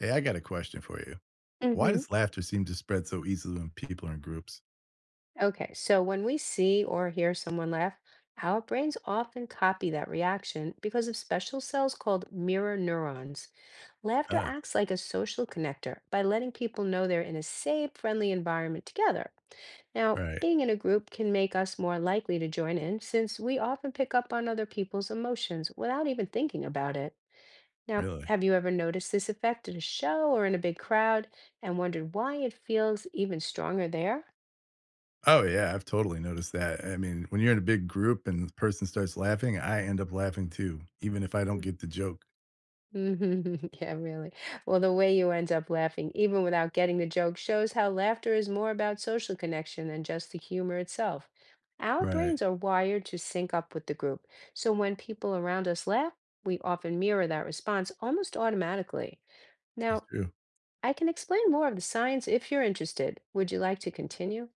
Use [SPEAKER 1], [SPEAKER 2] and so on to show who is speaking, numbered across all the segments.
[SPEAKER 1] Hey, I got a question for you. Why
[SPEAKER 2] Mm-hmm.
[SPEAKER 1] does laughter seem to spread so easily when people are in groups?
[SPEAKER 2] Okay, so when we see or hear someone laugh, our brains often copy that reaction because of special cells called mirror neurons. Laughter
[SPEAKER 1] Ah,
[SPEAKER 2] acts like a social connector by letting people know they're in a safe, friendly environment together. Now,
[SPEAKER 1] right.
[SPEAKER 2] being in a group can make us more likely to join in since we often pick up on other people's emotions without even thinking about it. Now,
[SPEAKER 1] Really?
[SPEAKER 2] have you ever noticed this effect at a show or in a big crowd and wondered why it feels even stronger there?
[SPEAKER 1] Oh, yeah. I've totally noticed that. I mean, when you're in a big group and the person starts laughing, I end up laughing too, even if I don't get the joke.
[SPEAKER 2] Mhm. Yeah, really. Well, the way you end up laughing, even without getting the joke, shows how laughter is more about social connection than just the humor itself. Our
[SPEAKER 1] Right.
[SPEAKER 2] brains are wired to sync up with the group. So when people around us laugh, we often mirror that response almost automatically.
[SPEAKER 1] That's
[SPEAKER 2] Now,
[SPEAKER 1] true.
[SPEAKER 2] I can explain more of the science if you're interested. Would you like to continue?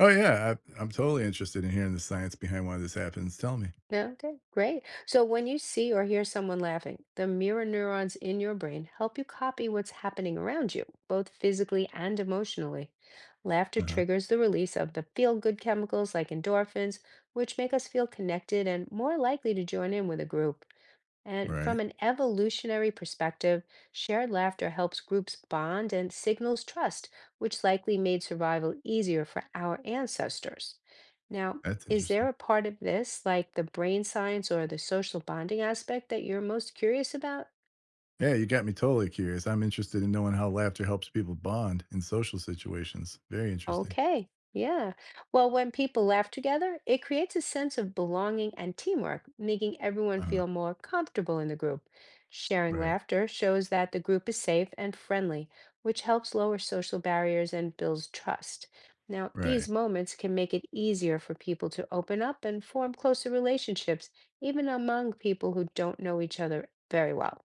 [SPEAKER 1] Oh, yeah. I'm totally interested in hearing the science behind why this happens. Tell me.
[SPEAKER 2] Yeah, okay, great. So when you see or hear someone laughing, the mirror neurons in your brain help you copy what's happening around you, both physically and emotionally. Laughter
[SPEAKER 1] Uh huh.
[SPEAKER 2] triggers the release of the feel-good chemicals like endorphins, which make us feel connected and more likely to join in with a group. And from
[SPEAKER 1] Right.
[SPEAKER 2] an evolutionary perspective, shared laughter helps groups bond and signals trust, which likely made survival easier for our ancestors. Now,
[SPEAKER 1] That's
[SPEAKER 2] is there
[SPEAKER 1] interesting.
[SPEAKER 2] a part of this, like the brain science or the social bonding aspect, that you're most curious about?
[SPEAKER 1] Yeah, you got me totally curious. I'm interested in knowing how laughter helps people bond in social situations. Very interesting.
[SPEAKER 2] Okay. Yeah. Well, when people laugh together, it creates a sense of belonging and teamwork, making everyone
[SPEAKER 1] Uh huh.
[SPEAKER 2] feel more comfortable in the group. Sharing
[SPEAKER 1] Right.
[SPEAKER 2] laughter shows that the group is safe and friendly, which helps lower social barriers and builds trust. Now, these
[SPEAKER 1] Right.
[SPEAKER 2] moments can make it easier for people to open up and form closer relationships, even among people who don't know each other very well.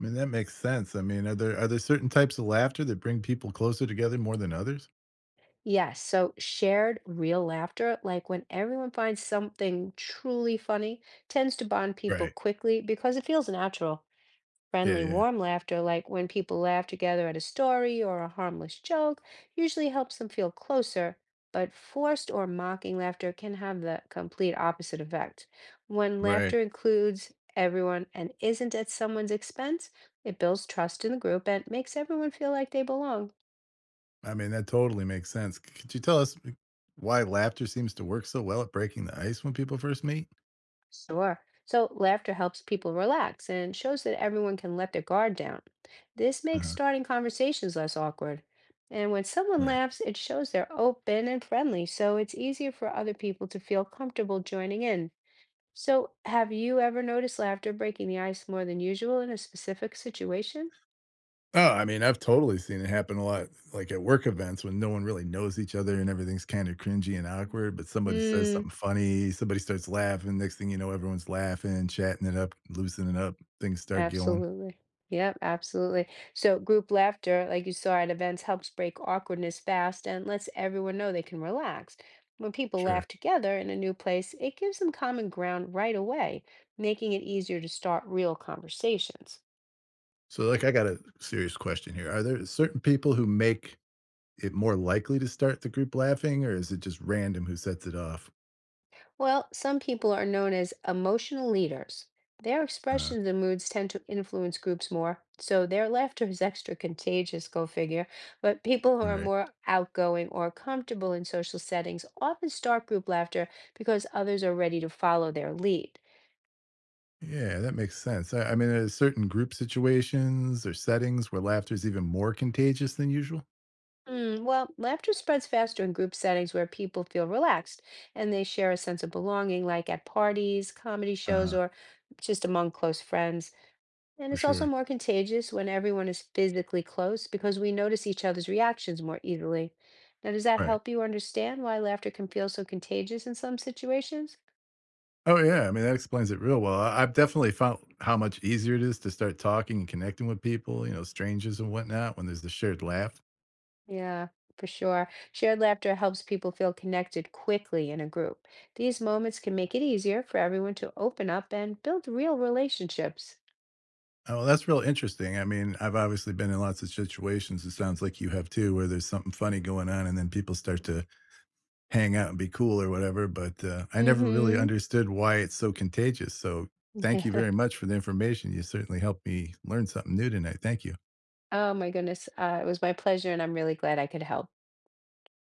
[SPEAKER 1] I mean, that makes sense. I mean, are there certain types of laughter that bring people closer together more than others?
[SPEAKER 2] Yes, so shared real laughter, like when everyone finds something truly funny, tends to bond people
[SPEAKER 1] Right.
[SPEAKER 2] quickly because it feels natural.
[SPEAKER 1] Yeah,
[SPEAKER 2] Friendly,
[SPEAKER 1] yeah.
[SPEAKER 2] warm laughter, like when people laugh together at a story or a harmless joke, usually helps them feel closer. But forced or mocking laughter can have the complete opposite effect. When
[SPEAKER 1] Right.
[SPEAKER 2] laughter includes everyone and isn't at someone's expense, it builds trust in the group and makes everyone feel like they belong.
[SPEAKER 1] I mean, that totally makes sense. Could you tell us why laughter seems to work so well at breaking the ice when people first meet?
[SPEAKER 2] Sure. So laughter helps people relax and shows that everyone can let their guard down. This makes
[SPEAKER 1] Uh-huh.
[SPEAKER 2] starting conversations less awkward. And when someone
[SPEAKER 1] Right.
[SPEAKER 2] laughs, it shows they're open and friendly, so it's easier for other people to feel comfortable joining in. So, have you ever noticed laughter breaking the ice more than usual in a specific situation?
[SPEAKER 1] Oh, I mean, I've totally seen it happen a lot, like at work events when no one really knows each other and everything's kind of cringy and awkward. But somebody says
[SPEAKER 2] Hmm.
[SPEAKER 1] something funny, somebody starts laughing. Next thing you know, everyone's laughing, chatting it up, loosening up. Things start going.
[SPEAKER 2] Absolutely. Yep, absolutely. So group laughter, like you saw at events, helps break awkwardness fast and lets everyone know they can relax. When people laugh
[SPEAKER 1] Sure.
[SPEAKER 2] together in a new place, it gives them common ground right away, making it easier to start real conversations.
[SPEAKER 1] So, like, I got a serious question here. Are there certain people who make it more likely to start the group laughing, or is it just random who sets it off?
[SPEAKER 2] Well, some people are known as emotional leaders. Their
[SPEAKER 1] Uh,
[SPEAKER 2] expressions and moods tend to influence groups more, so their laughter is extra contagious, go figure. But people who are
[SPEAKER 1] right.
[SPEAKER 2] more outgoing or comfortable in social settings often start group laughter because others are ready to follow their lead.
[SPEAKER 1] Yeah, that makes sense. I mean, are there certain group situations or settings where laughter is even more contagious than usual?
[SPEAKER 2] Hmm, well, laughter spreads faster in group settings where people feel relaxed and they share a sense of belonging, like at parties, comedy
[SPEAKER 1] Uh
[SPEAKER 2] shows,
[SPEAKER 1] huh.
[SPEAKER 2] or just among close friends. And
[SPEAKER 1] For
[SPEAKER 2] it's also
[SPEAKER 1] sure.
[SPEAKER 2] more contagious when everyone is physically close because we notice each other's reactions more easily. Now, does that
[SPEAKER 1] Right.
[SPEAKER 2] help you understand why laughter can feel so contagious in some situations?
[SPEAKER 1] Oh, yeah. I mean, that explains it real well. I've definitely found how much easier it is to start talking and connecting with people, you know, strangers and whatnot, when there's the shared laugh.
[SPEAKER 2] Yeah, for sure. Shared laughter helps people feel connected quickly in a group. These moments can make it easier for everyone to open up and build real relationships.
[SPEAKER 1] Oh, well, that's real interesting. I mean, I've obviously been in lots of situations. It sounds like you have too, where there's something funny going on, and then people start to hang out and be cool or whatever. But I never really
[SPEAKER 2] Mm-hmm.
[SPEAKER 1] understood why it's so contagious. So, thank you
[SPEAKER 2] Yeah.
[SPEAKER 1] very much for the information. You certainly helped me learn something new tonight. Thank you.
[SPEAKER 2] Oh my goodness. It was my pleasure, and I'm really glad I could help.